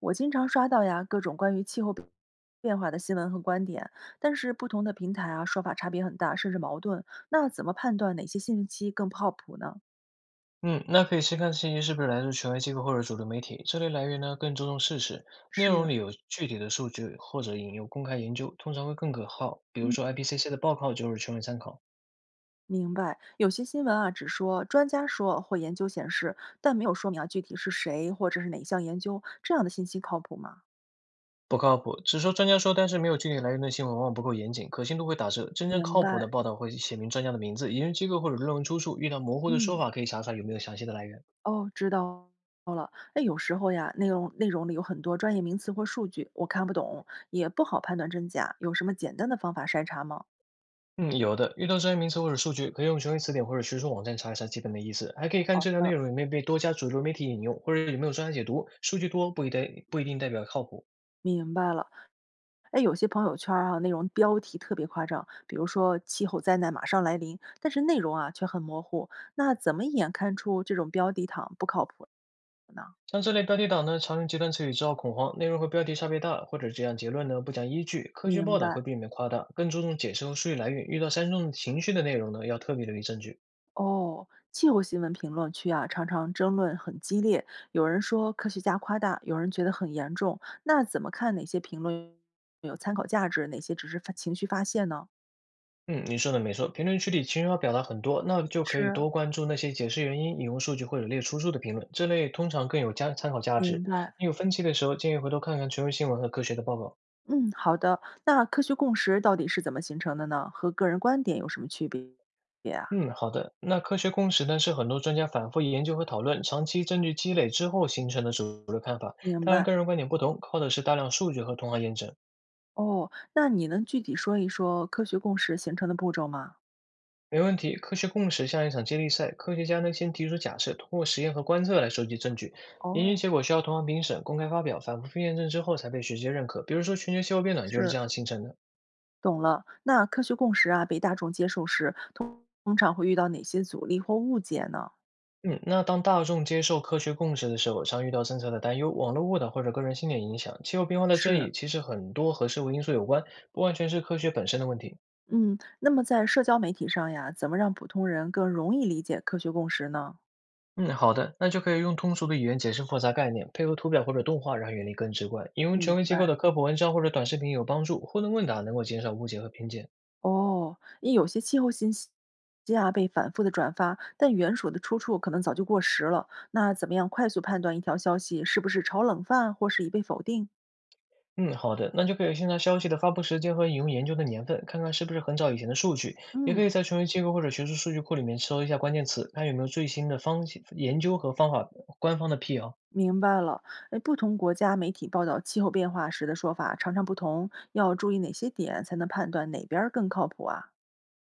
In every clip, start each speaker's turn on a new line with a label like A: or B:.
A: 我经常刷到呀各种关于气候变化的新闻和观点，但是不同的平台啊说法差别很大，甚至矛盾。那怎么判断哪些信息更靠谱呢？
B: 嗯，那可以先看信息是不是来自权威机构或者主流媒体，这类来源呢更注重事实，内容
A: 是，
B: 里有具体的数据或者引用公开研究，通常会更可靠。比如
A: 嗯，
B: 说 IPCC 的报告就是权威参考。
A: 明白。有些新闻啊只说专家说或研究显示，但没有说明啊具体是谁或者是哪项研究，这样的信息靠谱吗？
B: 不靠谱，只说专家说，但是没有具体来源的新闻往往不够严谨，可信度会打折。真正
A: 明
B: 靠谱的
A: 白。
B: 报道会写明专家的名字、研究机构或者论文出处，遇到模糊的说
A: 嗯，
B: 法可以查查有没有详细的来源。
A: 哦，知道。了，哎，有时候呀，内容里有很多专业名词或数据，我看不懂，也不好判断真假。有什么简单的方法筛查吗？
B: 嗯，有的，遇到专业名词或者数据，可以用权威词典或者学术网站查一查基本的意思，还可以看
A: 好
B: 这条内
A: 的，
B: 容有没有被多家主流媒体引用，或者有没有专家解读。数据多不一定代表靠谱。
A: 明白了。哎，有些朋友圈儿啊，内容标题特别夸张，比如说"气候灾难马上来临"，但是内容啊却很模糊。那怎么一眼看出这种标题党不靠谱呢？
B: 像这类标题党呢，常用极端词语制造恐慌，内容和标题差别大，或者这样结论呢不讲依据。科学
A: 明
B: 报道
A: 白
B: 会避免夸大，更注重解释和数据来源。遇到煽动情绪的内容呢，要特别留意证据。
A: 哦。气候新闻评论区啊，常常争论很激烈，有人说科学家夸大，有人觉得很严重。那怎么看哪些评论有参考价值，哪些只是发情绪发泄呢？
B: 嗯，你说的没错，评论区里情绪要表达很多，那就可以
A: 是，
B: 多关注那些解释原因、引用数据或者列出数的评论，这类通常更有加参考价
A: 明
B: 值。
A: 白。
B: 你有分歧的时候，建议回头看看权威新闻和科学的报告。
A: 嗯，好的。那科学共识到底是怎么形成的呢？和个人观点有什么区别啊？
B: 嗯，好的。那科学共识呢，是很多专家反复研究和讨论，长期证据积累之后形成的主流看法。
A: 明
B: 当然，
A: 白。
B: 个人观点不同，靠的是大量数据和同行验证。
A: 哦，那你能具体说一说科学共识形成的步骤吗？
B: 没问题，科学共识像一场接力赛，科学家呢先提出假设，通过实验和观测来收集证据。研究
A: 哦，
B: 结果需要同行评审、公开发表、反复验证之后才被学界认可。比如说，全球气候变暖就是
A: 是，
B: 这样形成的。
A: 懂了。那科学共识啊，被大众接受时，通常会遇到哪些阻力或误解呢？
B: 嗯，那当大众接受科学共识的时候，常遇到政策的担忧、网络误导或者个人信念影响。气候变化的争
A: 是，
B: 议其实很多和社会因素有关，不完全是科学本身的问题。
A: 嗯，那么在社交媒体上呀，怎么让普通人更容易理解科学共识呢？
B: 嗯，好的，那就可以用通俗的语言解释复杂概念，配合图表或者动画，让原理更直观。引用
A: 明
B: 权威机
A: 白。
B: 构的科普文章或者短视频有帮助，互动问答能够减少误解和偏见。
A: 哦，因有些气候信息啊被反复的转发，但原属的出处可能早就过时了。那怎么样快速判断一条消息是不是炒冷饭或是已被否定？
B: 嗯，好的，那就可以先查消息的发布时间和引用研究的年份，看看是不是很早以前的数据，也可以
A: 嗯，
B: 在权威机构或者学术数据库里面搜一下关键词，看有没有最新的方研究和方法，官方的辟谣。
A: 明白了。哎，不同国家媒体报道气候变化时的说法常常不同，要注意哪些点才能判断哪边儿更靠谱啊？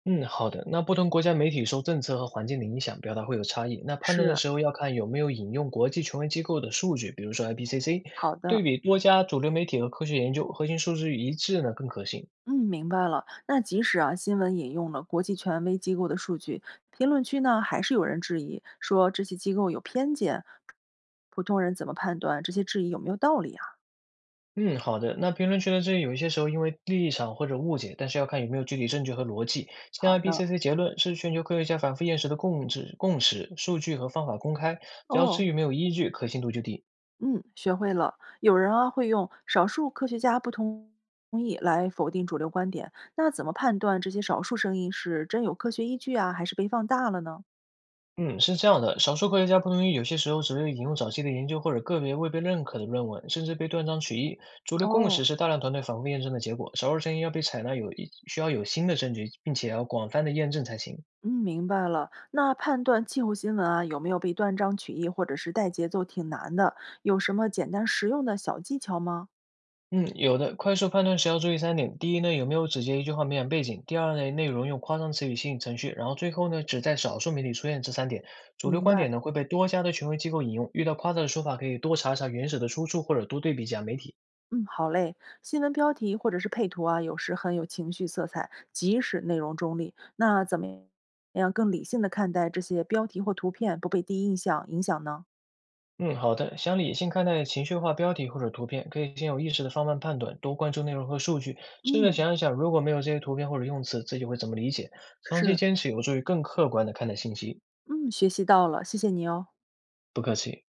B: 嗯，好的。那不同国家媒体受政策和环境的影响，表达会有差异。那判断的
A: 是。
B: 时候要看有没有引用国际权威机构的数据，比如说 IPCC，
A: 好
B: 对
A: 的。
B: 比多家主流媒体和科学研究，核心数据一致呢更可信。
A: 嗯，明白了。那即使啊，新闻引用了国际权威机构的数据，评论区呢还是有人质疑，说这些机构有偏见。普通人怎么判断这些质疑有没有道理啊？
B: 嗯，好的。那评论区的争议有一些时候因为立场或者误解，但是要看有没有具体证据和逻辑。像
A: 好的，
B: IPCC 结论是全球科学家反复验证的共识，共识，数据和方法公开，只要
A: 哦，
B: 质疑没有依据，可信度就低。
A: 嗯，学会了。有人啊会用少数科学家不同意来否定主流观点，那怎么判断这些少数声音是真有科学依据啊，还是被放大了呢？
B: 嗯，是这样的，少数科学家不同意，有些时候只会引用早期的研究或者个别未被认可的论文，甚至被断章取义。主流共
A: 哦，
B: 识是大量团队反复验证的结果，少数声音要被采纳有一需要有新的证据，并且要广泛的验证才行。
A: 嗯，明白了。那判断气候新闻啊，有没有被断章取义或者是带节奏，挺难的。有什么简单实用的小技巧吗？
B: 嗯，有的，快速判断时要注意三点：第一呢，有没有只接一句话敏感背景；第二呢，内容用夸张词语吸引程序；然后最后呢，只在少数媒体出现。这三点，主流
A: 明
B: 观
A: 白。
B: 点呢会被多家的权威机构引用，遇到夸大的说法可以多查查原始的出处或者多对比几家媒体。
A: 嗯，好嘞。新闻标题或者是配图啊，有时很有情绪色彩，即使内容中立。那怎么样更理性的看待这些标题或图片，不被第一印象影响呢？
B: 嗯，好的。想理性看待情绪化标题或者图片，可以先有意识的放慢判断，多关注内容和数据，试着
A: 嗯，
B: 想一想，如果没有这些图片或者用词，自己会怎么理解？长期
A: 是。
B: 坚持有助于更客观的看待信息。
A: 嗯，学习到了，谢谢你哦。
B: 不客气。